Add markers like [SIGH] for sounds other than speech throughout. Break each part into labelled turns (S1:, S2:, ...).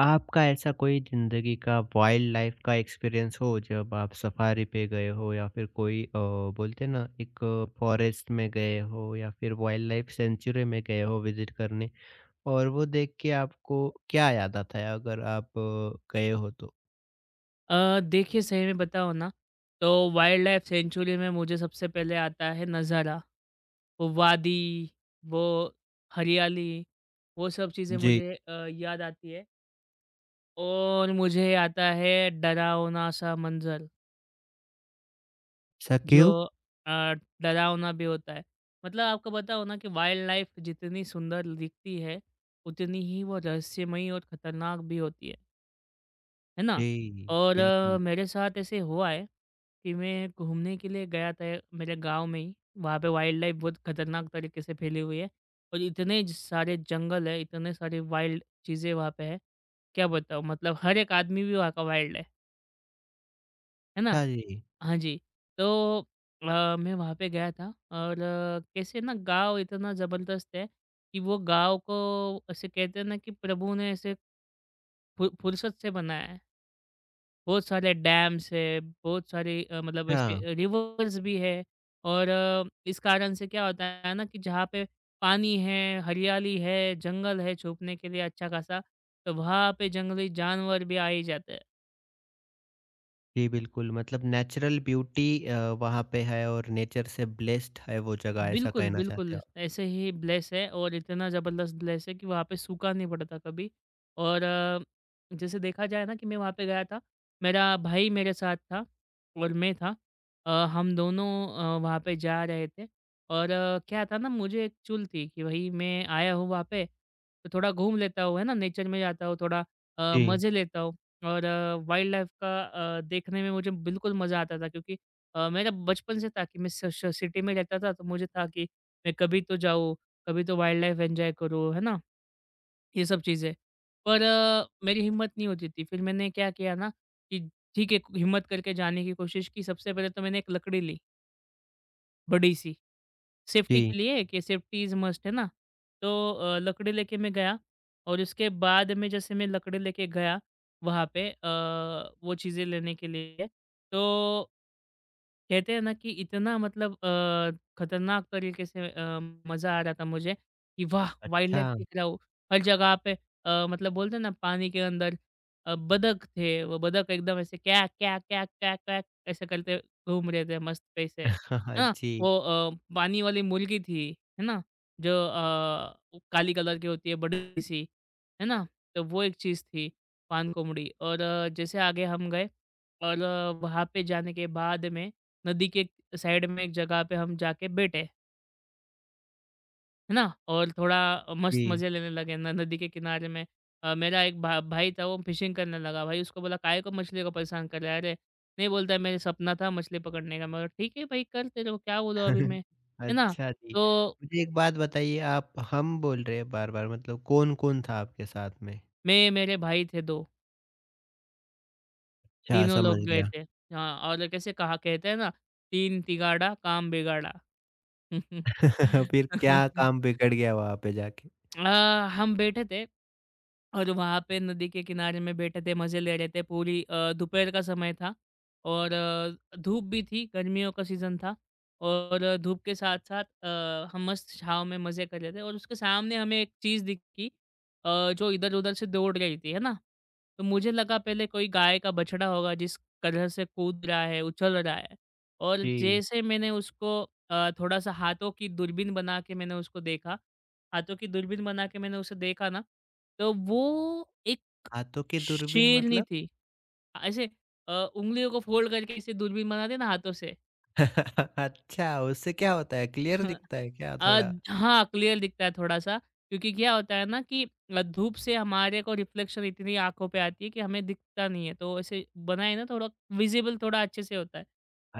S1: आपका ऐसा कोई ज़िंदगी का वाइल्ड लाइफ का एक्सपीरियंस हो जब आप सफारी पे गए हो या फिर कोई बोलते हैं ना एक फॉरेस्ट में गए हो या फिर वाइल्ड लाइफ सेंचुरी में गए हो विजिट करने और वो देख के आपको क्या याद आता है अगर आप गए हो तो?
S2: देखिए सही में बताओ ना तो वाइल्ड लाइफ सेंचुरी में मुझे सबसे पहले आता है नज़ारा, वो वादी, वो हरियाली, वो सब चीज़ें
S1: जी।
S2: मुझे याद आती है। और मुझे आता है डरावना-सा मंज़र
S1: ऐसा
S2: जो
S1: क्यों?
S2: अ, डरावना भी होता है। मतलब आपको बताऊँ ना कि वाइल्ड लाइफ जितनी सुंदर दिखती है, उतनी ही वो रहस्यमयी और खतरनाक भी होती है। है ना?
S1: जी,
S2: और
S1: बिल्कुल।
S2: मेरे साथ ऐसे हुआ है कि मैं घूमने के लिए गया था मेरे गाँव में ही। वहाँ पे वाइल्ड लाइफ़ बहुत खतरनाक तरीके से फैली हुई है और इतने ज सारे जंगल है, इतने सारे वाइल्ड चीज़ें वहाँ पे है, क्या बताऊँ? मतलब हर एक आदमी भी वहाँ का वाइल्ड है ना?
S1: अच्छा जी।
S2: हाँ जी, तो मैं वहाँ पे गया था और कैसे ना गाँव इतना ज़बरदस्त है कि वो गाँव को ऐसे कहते हैं ना कि प्रभु ने ऐसे फु फुर्सत से बनाया है। बहुत सारे डैम्स है, बहुत सारे मतलब
S1: अच्छा,
S2: ऐसे रिवर्स भी है। और इस कारण से क्या होता है ना कि जहाँ पे पानी है, हरियाली है, जंगल है छुपने के लिए अच्छा खासा, तो वहाँ पे जंगली जानवर भी आ ही जाते हैं।
S1: जी बिल्कुल मतलब नेचुरल ब्यूटी वहाँ पे है और नेचर से ब्लेस्ड है वो जगह ऐसा
S2: बिल्कुल,
S1: कहना चाहते हो
S2: बिल्कुल।
S1: आप?
S2: ऐसे ही ब्लेस है और इतना ज़बरदस्त ब्लेस है कि वहाँ पे सूखा नहीं पड़ता कभी। और जैसे देखा जाए ना कि मैं वहाँ पे गया था, मेरा भाई मेरे साथ था और मैं था। हम दोनों वहाँ पे जा रहे थे और क्या था ना मुझे एक चुल थी कि भई मैं आया हूँ वहाँ पे, तो थोड़ा घूम लेता हूँ, है ना? नेचर में जाता हूँ, थोड़ा
S1: जी,
S2: मज़े लेता हूँ। और वाइल्ड लाइफ़ का देखने में मुझे बिल्कुल मज़ा आता था क्योंकि मेरा बचपन से था कि मैं स श सिटी में रहता था, तो मुझे था कि मैं कभी तो जाऊँ, कभी तो वाइल्ड लाइफ़ एन्जॉय करूँ, है ना? ये सब चीज़ें। पर मेरी हिम्मत नहीं होती थी। फिर मैंने क्या किया ना कि ठीक है, हिम्मत करके जाने की कोशिश की। सबसे पहले तो मैंने एक लकड़ी ली, बड़ी-सी, सेफ्टी
S1: जी।
S2: के लिए कि सेफ्टी इज़ मस्ट है ना? तो लकड़ी लेके मैं गया और उसके बाद में जैसे मैं लकड़ी लेके गया वहाँ पे वो चीज़ें लेने के लिए, तो कहते हैं ना कि इतना मतलब खतरनाक तरीके से मज़ा आ रहा था मुझे कि वाह! वाइल्ड लाइफ
S1: अच्छा।
S2: दिख रहा हो, हर जगह पे मतलब बोलते हैं ना पानी के अंदर बतख थे, वो बतख एकदम ऐसे क्या, क्या, क्या, क्या, क्या ऐसे करते घूम रहे थे मस्त पैसे, है
S1: हाँ, हाँ।
S2: ना?
S1: जी,
S2: वो पानी वाली मुर्गी थी, है ना? जो वो काली कलर की होती है बड़ी-सी, है ना? तो वो एक चीज़ थी पान कोमड़ी। और जैसे आगे हम गए और वहाँ पे जाने के बाद में नदी के साइड में एक जगह पे हम जाके बैठे, है ना? और थोड़ा मस्त
S1: जी।
S2: मज़े लेने लगे न नदी के किनारे में। मेरा एक भा भाई था वो फ़िशिंग करने लगा। भाई उसको बोला, "काहे को मछली को परेशान कर रहा है?" अरे! नहीं बोलता है, "मेरे सपना था मछली पकड़ने का।" मैं बोला, "ठीक है भाई कर तेरे को क्या बोलूँ अभी
S1: [LAUGHS]
S2: मैं?" है ना?
S1: अच्छा जी।
S2: तो
S1: मुझे एक बात बताइए आप हम बोल रहे हैं बार-बार मतलब कौन-कौन था आपके साथ में?
S2: मैं मेरे भाई थे 2,
S1: अच्छा,
S2: तीनों
S1: समझ
S2: लोग गए
S1: गया।
S2: थे। हाँ, और कैसे कहा कहते हैं ना, "तीन तिगाड़ा काम बिगाड़ा।" [LAUGHS]
S1: [LAUGHS] फिर क्या काम
S2: [LAUGHS]
S1: बिगड़ गया वहाँ पे जाके?
S2: अ, हम बैठे थे और वहाँ पे नदी के किनारे में बैठे थे, मज़े ले रहे थे। पूरी दोपहर का समय था और धूप भी थी, गर्मियों का सीज़न था और धूप के साथ-साथ हम मस्त छाँव में मज़े कर रहे थे और उसके सामने हमें एक चीज़ दिखी जो इधर-उधर से दौड़ रही थी, है ना? तो मुझे लगा पहले कोई गाय का बछड़ा होगा जिस तरह से कूद रहा है, उछल रहा है। और
S1: जी।
S2: जैसे मैंने उसको थोड़ा-सा हाथों की दूरबीन बना के मैंने उसको देखा, हाथों की दूरबीन बना के मैंने उसे देखा ना तो वो एक
S1: हाथों की दूरबीन
S2: शेरनी
S1: मतलब?
S2: थी। ऐसे उंगलियों को फोल्ड करके ऐसे दूरबीन बनाते हैं ना हाथों से।
S1: [LAUGHS] अच्छा, उससे क्या होता है? क्लियर
S2: [LAUGHS]
S1: दिखता है क्या
S2: अ,
S1: थोड़ा?
S2: हाँ, क्लियर दिखता है थोड़ा-सा क्योंकि क्या होता है ना कि धूप से हमारे को रिफ्लेक्शन इतनी आँखों पे आती है कि हमें दिखता नहीं है। तो ऐसे बनाए ना थोड़ा विज़िबल थोड़ा अच्छे से होता है।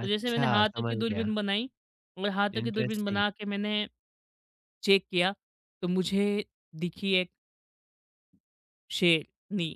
S2: तो जैसे मैंने हाथों की
S1: समझ गया।
S2: दूरबीन बनाई और हाथों की दूरबीन
S1: इंटरेस्टिंग।
S2: बना के मैंने चेक किया, तो मुझे दिखी एक शेरनी।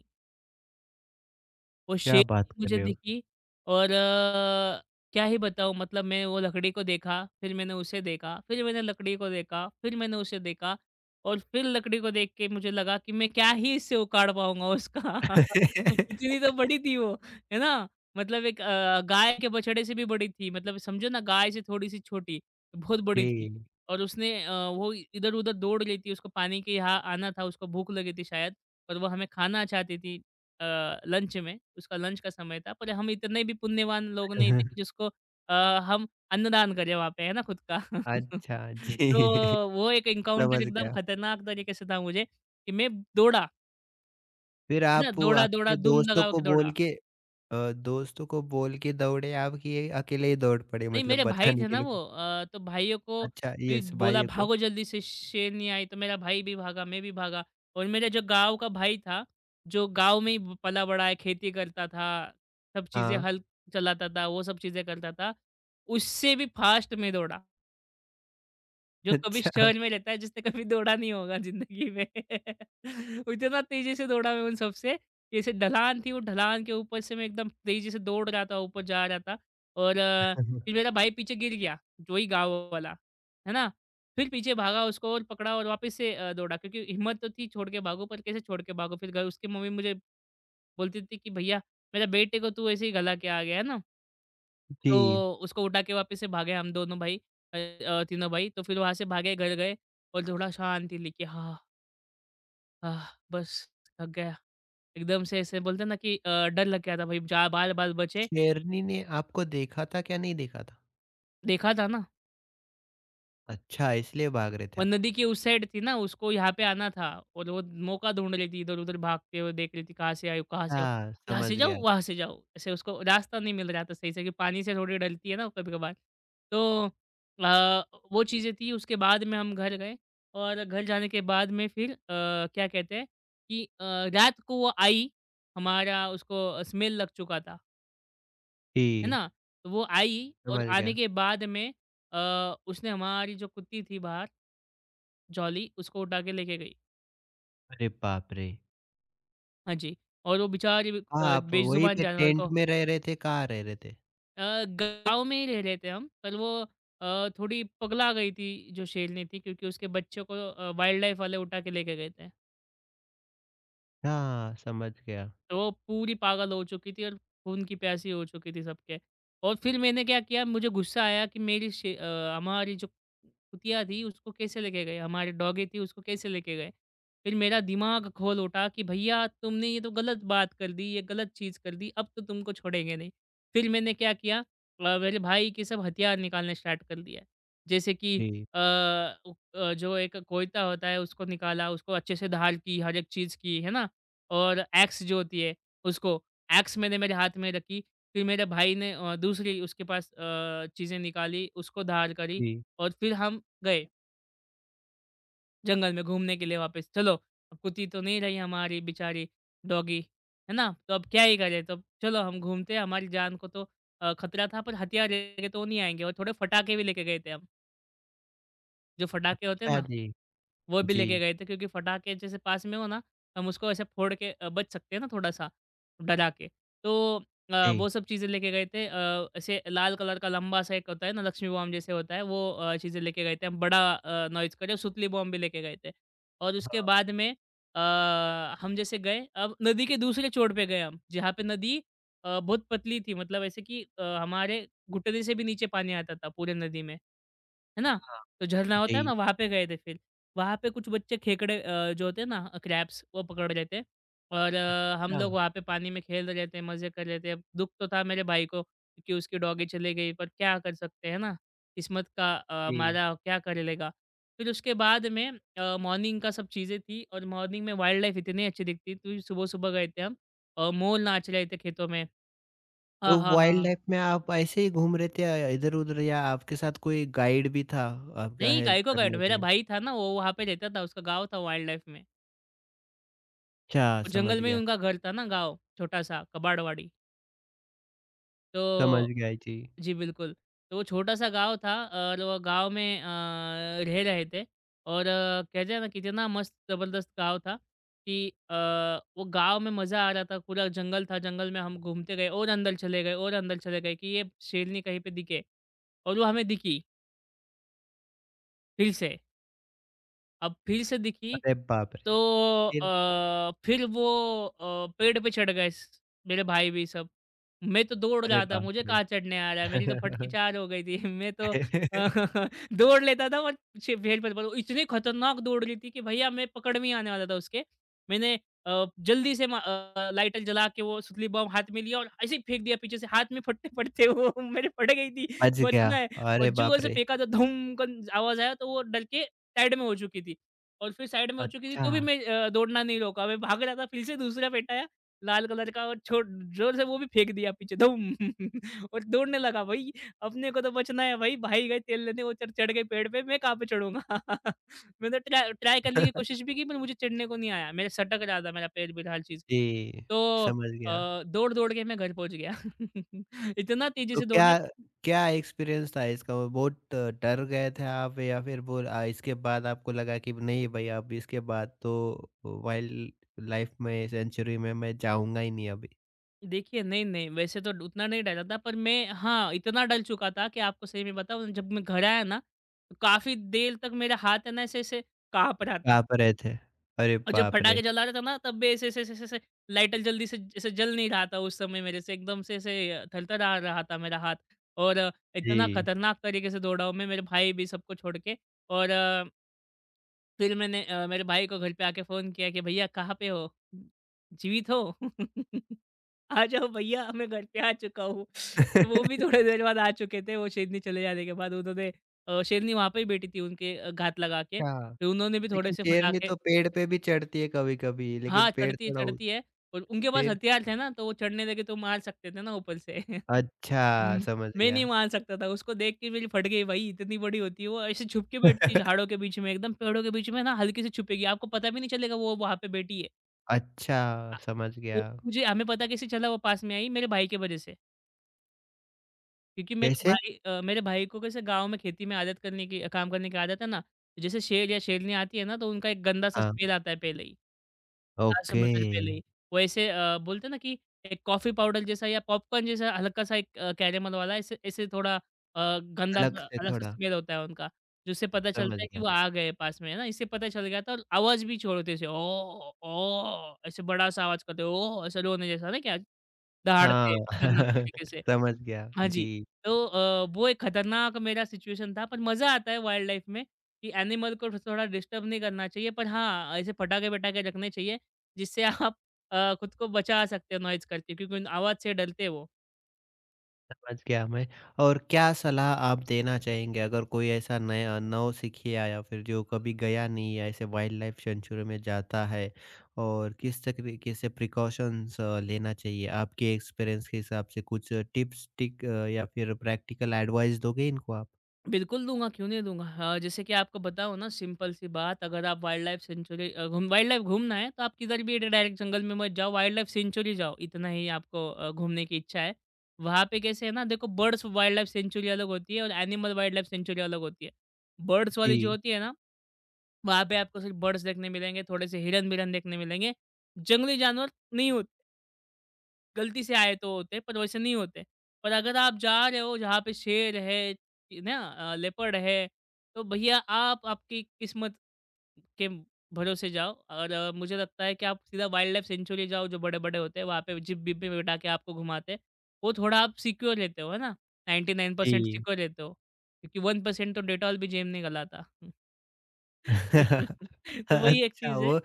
S2: वो
S1: क्या
S2: शेप
S1: बात
S2: भी
S1: कर
S2: मुझे
S1: रहे हो?
S2: दिखी। और क्या ही बताऊँ मतलब मैं वो लकड़ी को देखा, फिर मैंने उसे देखा, फिर मैंने लकड़ी को देखा, फिर मैंने उसे देखा और फिर लकड़ी को देख के मुझे लगा कि मैं क्या ही इससे उखाड़ पाऊँगा उसका। [LAUGHS] इतनी
S1: [LAUGHS]
S2: तो बड़ी थी वो, है ना? मतलब एक गाय के बछड़े से भी बड़ी थी मतलब समझो ना गाय से थोड़ी-सी छोटी, बहुत बड़ी थी।
S1: जी।
S2: और उसने वो इधर-उधर दौड़ रही थी, उसको पानी के यहाँ आना था, उसको भूख लगी थी शायद और वो हमें खाना चाहती थी। लंच में, उसका लंच का समय था, पर हम इतने भी पुण्यवान लोग नहीं थे कि
S1: [LAUGHS]
S2: जिसको अ, हम अन्नदान करें वहाँ पे, है ना, खुद का।
S1: अच्छा,
S2: [LAUGHS] तो
S1: जी।
S2: वो एक
S1: [LAUGHS]
S2: एनकाउंटर
S1: समझ
S2: एकदम
S1: गया।
S2: खतरनाक तरीके से था मुझे, कि मैं दौड़ा,
S1: फिर
S2: है ना,
S1: आप वो
S2: दौड़ा, दौड़ा,
S1: आपके
S2: दुम
S1: दोस्तों
S2: लगा
S1: को
S2: के दौड़ा।
S1: बोल के दोस्तों को बोल के दौड़े आप कि ये अकेले ही दौड़ पड़े
S2: नहीं,
S1: मतलब
S2: मेरे भाई
S1: बचाने
S2: थे
S1: के
S2: ना वो
S1: लिए?
S2: तो भाइयों को
S1: अच्छा
S2: भी
S1: यस
S2: बोला
S1: भाइयों को
S2: भागो जल्दी से शेरनी आई तो मेरा भाई भी भागा, मैं भी भागा। और मेरा जो गाँव का भाई था, जो गाँव में ही ब पला बड़ा है, खेती करता था, सब चीज़ें
S1: हाँ,
S2: हल चलाता था, वो सब चीज़ें करता था, उससे भी फ़ास्ट मैं दौड़ा।
S1: [LAUGHS]
S2: जो कभी
S1: अच्छा।
S2: शहर में रहता है, जिसने कभी दौड़ा नहीं होगा ज़िंदगी में। [LAUGHS] वो इतना तेज़ी से दौड़ा मैं उन सबसे, जैसे ढलान थी, वो ढलान के ऊपर से मैं एकदम तेज़ी से दौड़ रहा था, ऊपर जा रहा था और फिर मेरा
S1: [LAUGHS]
S2: भाई पीछे गिर गया, वही गाँव वाला, है ना? फिर पीछे भागा उसको और पकड़ा और वापस से दौड़ा क्योंकि हिम्मत तो थी छोड़ के भागो, पर कैसे छोड़ के भागो? फिर घर उसकी मम्मी मुझे बोलती थी कि, "भैया, मेरे बेटे को तू ऐसे ही गला के आ गया है ना।"
S1: जी।
S2: तो उसको उठा के वापस से भागे हम दोनों भाई तीनों भाई। तो फिर वहाँ से भागे घर गए और थोड़ा शांति ली कि हाँ, आह, बस थक गया। एकदम से ऐसे बोलते हैं ना कि डर लग गया था भाई जहाँ बाल-बाल बचे।
S1: शेरनी ने आपको देखा था क्या नहीं देखा था?
S2: देखा था ना
S1: अच्छा इसलिए भाग रहे थे
S2: वो
S1: आप।
S2: नदी की उस साइड थी ना, उसको यहाँ पे आना था और वो मौका ढूँढ रही थी, इधर-उधर भागते हुए देख रही थी, कहाँ से आऊँ, कहाँ से आऊँ?
S1: अच्छा,
S2: यहाँ
S1: समझ
S2: से
S1: गया,
S2: जाऊँ, वहाँ से जाऊँ। ऐसे उसको रास्ता नहीं मिल रहा था सही से क्योंकि पानी से थोड़ी डरती है ना कभी-कभार। तो अ, वो चीज़ें थी, उसके बाद में हम घर गए और घर जाने के बाद में फिर क्या कहते हैं कि रात को वो आई, हमारा उसको स्मेल लग चुका था, है
S1: जी।
S2: ना? तो वो आई और
S1: समझ
S2: आने
S1: गया।
S2: के बाद में उसने हमारी जो कुत्ती थी बाहर जॉली उसको उठा के लेके गई।
S1: अरे बाप रे!
S2: हाँ जी, और वो बेचारे
S1: हाँ, आप वहीं
S2: बेज़ुबान
S1: पे
S2: जानवर
S1: टेंट
S2: को
S1: में रह रहे थे, कहाँ रह रहे थे?
S2: अ, गाँव में ही रह रहे थे हम, पर वो थोड़ी पगला गई थी जो शेरनी थी क्योंकि उसके बच्चों को वाइल्ड लाइफ़ वाले उठा के लेके गए थे।
S1: अच्छा, समझ गया।
S2: तो वो पूरी पागल हो चुकी थी और खून की प्यासी हो चुकी थी सबके। और फिर मैंने क्या किया मुझे गुस्सा आया कि मेरी हमारी जो कुतिया थी उसको कैसे लेके गए, हमारी डॉगी थी उसको कैसे लेके गए। फिर मेरा दिमाग खोल उठा कि भैया तुमने ये तो गलत बात कर दी, ये गलत चीज़ कर दी, अब तो तुमको छोड़ेंगे नहीं। फिर मैंने क्या किया मेरे भाई के सब हथियार निकालने स्टार्ट कर दिया। जैसे कि
S1: जी,
S2: अ, जो एक कोयता होता है उसको निकाला, उसको अच्छे से धार की, हर एक चीज़ की, है ना? और एक्स जो होती है उसको, एक्स मैंने मेरे हाथ में रखी, फिर मेरे भाई ने दूसरी उसके पास चीज़ें निकाली, उसको धार करी
S1: जी।
S2: और फिर हम गए जंगल में घूमने के लिए वापस। चलो, अब कुत्ती तो नहीं रही हमारी बेचारी डॉगी, है ना? तो अब क्या ही करें? तो चलो हम घूमते हैं, हमारी जान को तो खतरा था पर हथियार लेके तो वो नहीं आएँगे और थोड़े पटाखे भी लेके गए थे हम, जो पटाखे होते हैं
S1: अच्छा
S2: ना
S1: जी,
S2: वो भी लेके
S1: जी।
S2: गए थे क्योंकि फटाके जैसे पास में हो ना, हम उसको ऐसे फोड़ के बच सकते हैं ना थोड़ा-सा, डरा के। तो वो
S1: जी,
S2: सब चीज़ें लेके गए थे। ऐसे लाल कलर का लंबा सा एक होता है ना, लक्ष्मी बॉम्ब जैसे होता है, वो चीज़ें लेके गए थे हम। बड़ा नॉइज़ का जो सुतली बॉम्ब भी लेके गए थे। और उसके
S1: हाँ,
S2: बाद में अ, हम जैसे गए, अब नदी के दूसरे छोर पे गए हम, जहाँ पे नदी बहुत पतली थी, मतलब ऐसे कि हमारे घुटने से भी नीचे पानी आता था पूरे नदी में। है ना? तो झरना होता
S1: जी।
S2: है ना, वहाँ पे गए थे फिर। वहाँ पे कुछ बच्चे खेकड़े जो होते हैं ना क्रैब्स वो पकड़ रहे थे और हम
S1: अच्छा,
S2: लोग वहाँ पे पानी में खेल रहे थे, मज़े कर रहे थे। अब दुःख तो था मेरे भाई को क्योंकि उसकी डॉगी चली गई, पर क्या कर सकते हैं ना? किस्मत का
S1: जी।
S2: मारा क्या कर लेगा? फिर उसके बाद में मॉर्निंग का सब चीज़ें थी और मॉर्निंग में वाइल्ड लाइफ़ इतनी अच्छी दिखती थी। सुबह-सुबह गए थे हम और मोर नाच रहे थे खेतों में। हाँ,
S1: तो
S2: हाँ, हाँ।
S1: वाइल्ड
S2: हाँ।
S1: लाइफ में आप ऐसे ही घूम रहे थे या इधर-उधर या आपके साथ कोई गाइड भी था आपका
S2: नहीं,
S1: हेल्प
S2: गाय को गाइड
S1: करने के
S2: मेरा
S1: लिए?
S2: भाई था ना, वो वहाँ पे रहता था, उसका गाँव था वाइल्ड लाइफ़ में।
S1: अच्छा,
S2: वो जंगल में ही उनका घर था ना, गाँव, छोटा-सा कबाड़वाड़ी।
S1: समझ
S2: तो
S1: गया जी।
S2: जी, बिल्कुल। तो वो छोटा-सा गाँव था और वो गाँव में रह रहे थे और कहते हैं ना कितना मस्त ज़बरदस्त गाँव था कि वो गाँव में मज़ा आ रहा था, पूरा जंगल था, जंगल में हम घूमते गए और अंदर चले गए और अंदर चले गए कि ये शेरनी कहीं पे दिखे और वो हमें दिखी फिर से। अब फिर से दिखी,
S1: अरे बाप रे!
S2: तो
S1: फिर?
S2: फिर वो पेड़ पे चढ़ गए, स मेरे भाई भी सब। मैं तो दौड़
S1: अरे
S2: रहा था,
S1: बाप
S2: मुझे
S1: रे!
S2: कहाँ चढ़ने आ रहा है, मेरी तो फटकी 4 हो गई थी। [LAUGHS] मैं तो
S1: [LAUGHS]
S2: [LAUGHS] दौड़ लेता था, और छे भेड़ पर वो इतनी खतरनाक दौड़ रही थी कि भैया मैं पकड़ में ही आने वाला था उसके। मैंने जल्दी से लाइटर जला के वो सुतली बम हाथ में लिया और ऐसे ही फेंक दिया पीछे से, हाथ में फटते-फटते वो [LAUGHS] मेरे पड़ गई थी,
S1: बच गया,
S2: बचना है, और
S1: अरे
S2: जोर
S1: बाप
S2: से
S1: रे!
S2: फेंका तो धूम कन आवाज़ आया, तो वो डर के साइड में हो चुकी थी और फिर साइड में हो चुकी थी,
S1: अच्छा।
S2: तो भी मैं दौड़ना नहीं रोका, मैं भाग रहा था, फिर से दूसरा फेंटा है। लाल कलर का, और छो ज़ोर से वो भी फेंक दिया पीछे, धूम [LAUGHS] और दौड़ने लगा भाई, अपने को तो बचना है भाई, भाई गए तेल लेने, वो चढ़ चढ़ गए पेड़ पे, मैं कहाँ पे चढ़ूँगा? [LAUGHS] मैंने ट्राय ट्राय करने की कोशिश
S1: [LAUGHS]
S2: भी की, पर मुझे चढ़ने को नहीं आया, मेरा सटक रहा था मेरा पैर भी, हर चीज़।
S1: जी,
S2: तो
S1: समझ गया।
S2: दौड़-दौड़ के मैं घर पहुँच गया। [LAUGHS] इतना तेज़ी
S1: तो
S2: से
S1: क्या
S2: दौड़ा।
S1: क्या एक्सपीरियंस था इसका? वो बहुत डर गए थे आप या फिर वो इसके बाद आपको लगा कि नहीं भई अब इसके बाद तो वाइल्ड लाइफ में सेंचुरी में मैं जाऊँगा ही नहीं अभी।
S2: देखिए नहीं, नहीं, वैसे तो उतना नहीं डरा था पर मैं हाँ, इतना डर चुका था कि आपको सही में बताऊँ, जब मैं घर आया ना, तो काफ़ी देर तक मेरा हाथ है ना ऐसे-ऐसे काँप रहा था।
S1: कहाँ पर रहे थे? अरे
S2: और जब
S1: बाप रे!
S2: पटाखे जला रहा था ना, तब भी ऐसे ऐसे ऐसे ऐसे लाइटर जल्दी से ऐसे जल नहीं रहा था उस समय, मेरे से एकदम से ऐसे थरथरा रहा था मेरा हाथ, और इतना
S1: जी।
S2: खतरनाक तरीके से दौड़ा हूँ मैं, मेरे भाई भी सबको छोड़ के। और फिर मैंने मेरे भाई को घर पे आके फोन किया कि भैया कहाँ पे हो, जीवित हो? [LAUGHS] आ जाओ भैया, मैं घर पे आ चुका हूँ। तो वो भी थोड़ी
S1: [LAUGHS]
S2: देर बाद आ चुके थे, वो शेरनी चले जाने के बाद उन्होंने शेरनी वहाँ पे ही बैठी थी उनके घात लगा के,
S1: अच्छा,
S2: फिर उन्होंने भी थोड़े
S1: लेकिन
S2: से
S1: शेरनी
S2: फटाके।
S1: तो पेड़ पे भी चढ़ती है कभी-कभी लेकिन
S2: हाँ,
S1: पेड़
S2: चढ़ती है,
S1: थोड़ा ऊ
S2: चढ़ती है, और उनके पास
S1: फिर?
S2: हथियार थे ना, तो वो चढ़ने लगे तो मार सकते थे ना ऊपर से। [LAUGHS]
S1: अच्छा,
S2: उम,
S1: समझ
S2: मैं नहीं
S1: गया।
S2: मार सकता था, उसको देख के मेरी फट गई भाई, इतनी बड़ी होती है वो, ऐसे छुप के बैठती है झाड़ों
S1: [LAUGHS]
S2: के बीच में, एकदम पेड़ों के बीच में ना हल्के से छुपेगी, आपको पता भी नहीं चलेगा वो वहाँ पे बैठी है।
S1: अच्छा,
S2: अ,
S1: समझ गया।
S2: वो मुझे हमें पता कैसे चला वो पास में आई, मेरे भाई की वजह से, क्योंकि
S1: कैसे?
S2: मेरे भाई को कैसे गाँव में खेती में आदत करने की काम करने की आदत है ना, जैसे शेर या शेरनी आती है ना, तो उनका एक गंदा-सा
S1: हाँ,
S2: स्मेल आता है पहले ही। 400
S1: ओके।
S2: मीटर पहले। वैसे बोलते हैं ना कि एक कॉफ़ी पाउडर जैसा या पॉपकॉर्न जैसा हल्का-सा एक कैरेमल वाला, ऐसे ऐसे थोड़ा
S1: अलग
S2: गंदा-सा
S1: से
S2: अलग-सा
S1: थोड़ा,
S2: स्मेल होता है उनका, जिससे पता
S1: समझ
S2: चलता है कि
S1: गया।
S2: वो आ गए पास में, है ना? इससे पता चल गया था, और आवाज़ भी छोड़ते थे, "ओह! ओह!" ऐसे बड़ा-सा आवाज़ करते, "ओह!" ऐसे रोने जैसा ना क्या,
S1: हाँ,
S2: दहाड़ते खतरनाक तरीके
S1: [LAUGHS]
S2: से।
S1: समझ गया।
S2: हाँ जी।
S1: जी,
S2: तो वो एक खतरनाक मेरा सिचुएशन था, पर मज़ा आता है वाइल्ड लाइफ़ में कि एनिमल को थोड़ा डिस्टर्ब नहीं करना चाहिए। पर हाँ, ऐसे पटाखे-वटाखे रखने चाहिए जिससे आप खुद को बचा सकते हो नॉइज़ करके, क्योंकि उन आवाज़ से डरते हैं वो।
S1: समझ गया मैं और क्या सलाह आप देना चाहेंगे अगर कोई ऐसा नया नौसिखिया या फिर जो कभी गया नहीं है, ऐसे वाइल्ड लाइफ सेंचुरी में जाता है और किस तरीके से प्रिकॉशंस लेना चाहिए? आपके एक्सपीरियंस के हिसाब से कुछ टिप्स, ट्रिक या फिर प्रैक्टिकल एडवाइस दोगे इनको आप?
S2: बिल्कुल दूँगा, क्यों नहीं दूँगा। हाँ, जैसे कि आपको बताऊँ ना, सिंपल सी बात, अगर आप वाइल्ड लाइफ सेंचुरी अ, घूम वाइल्ड लाइफ घूमना है तो आप किधर भी डायरेक्ट जंगल में मत जाओ, वाइल्ड लाइफ सेंचुरी जाओ, इतना ही आपको घूमने की इच्छा है। वहाँ पे कैसे है ना, देखो, बर्ड्स वाइल्ड लाइफ सेंचुरी अलग होती है और एनिमल वाइल्ड लाइफ सेंचुरी अलग होती है। बर्ड्स वाली जो
S1: जी,
S2: होती है ना, वहाँ पे आपको सिर्फ़ बर्ड्स देखने मिलेंगे, थोड़े से हिरन-बिरन देखने मिलेंगे। जंगली जानवर नहीं होते। गलती से आए तो होते, पर वैसे नहीं होते। पर अगर आप जा रहे हो जहाँ पे शेर है कि ना लेपर्ड है, तो भैया आप आपकी किस्मत के भरोसे जाओ, और मुझे लगता है कि आप सीधा वाइल्ड लाइफ सेंचुरी जाओ जो बड़े-बड़े होते हैं, वहाँ पे जिप-विप में बैठा के आपको घुमाते हैं। वो थोड़ा आप सिक्योर रहते हो, है ना? 99%
S1: जी।
S2: सिक्योर रहते हो, क्योंकि 1% तो डेटॉल भी जेब नहीं गलाता।
S1: [LAUGHS]
S2: [LAUGHS] तो वही एक
S1: अच्छा,
S2: चीज़ है।
S1: वो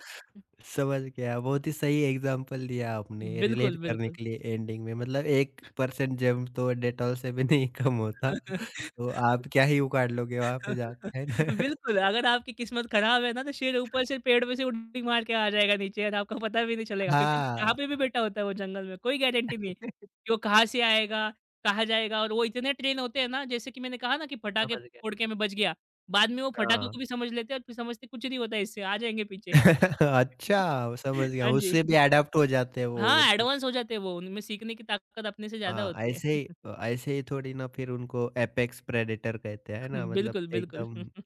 S1: समझ गया, बहुत ही सही एग्ज़ाम्पल दिया आपने रिलेट
S2: बिल्कुल,
S1: करने
S2: बिल्कुल।
S1: के लिए एंडिंग में मतलब। 1% जम तो डेटॉल से भी नहीं कम होता, तो
S2: [LAUGHS]
S1: आप क्या ही उखाड़ लोगे वहाँ पे
S2: [LAUGHS]
S1: जाके, है ना? [LAUGHS]
S2: बिल्कुल, अगर आपकी किस्मत खराब है ना, तो शेर ऊपर से पेड़ में से उड़ती मार के आ जाएगा नीचे, और आपको पता भी नहीं चलेगा, क्योंकि कहाँ
S1: हाँ,
S2: पे भी बैठा होता है वो जंगल में, कोई गारंटी नहीं है कि वो कहाँ से आएगा, कहाँ जाएगा। और वो इतने ट्रेन होते हैं ना, जैसे कि मैंने कहा ना कि पटाखे
S1: समझ गया,
S2: फोड़ के मैं बच गया, बाद में वो पटाखों
S1: हाँ।
S2: को भी समझ लेते हैं, और फिर समझते, कुछ नहीं होता है इससे, आ जाएँगे पीछे।
S1: [LAUGHS] अच्छा, समझ
S2: [LAUGHS]
S1: गया,
S2: हाँ
S1: उससे भी
S2: जी।
S1: अडॉप्ट हो जाते हैं वो
S2: हाँ,
S1: मतलब
S2: एडवांस हो जाते हैं वो, उनमें सीखने की ताकत अपने से ज़्यादा
S1: हाँ,
S2: होती है।
S1: ऐसे ही ऐसे ही थोड़ी ना फिर उनको एपेक्स प्रेडेटर कहते हैं ना
S2: [LAUGHS]
S1: मतलब
S2: बिल्कुल, बिल्कुल।
S1: एकदम
S2: [LAUGHS]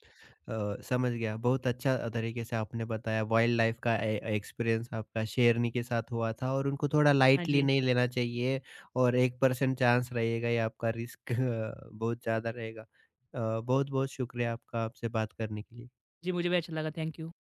S1: समझ गया। बहुत अच्छा तरीके से आपने बताया वाइल्ड लाइफ का ए एक्सपीरियंस आपका शेरनी के साथ हुआ था और उनको थोड़ा
S2: हाँ
S1: लाइटली
S2: जी।
S1: नहीं लेना चाहिए और 1% चांस रहेगा ये आपका रिस्क [LAUGHS] बहुत ज़्यादा रहेगा। बहुत-बहुत शुक्रिया आपका, आपसे बात करने के लिए।
S2: जी, मुझे भी अच्छा लगा, थैंक यू।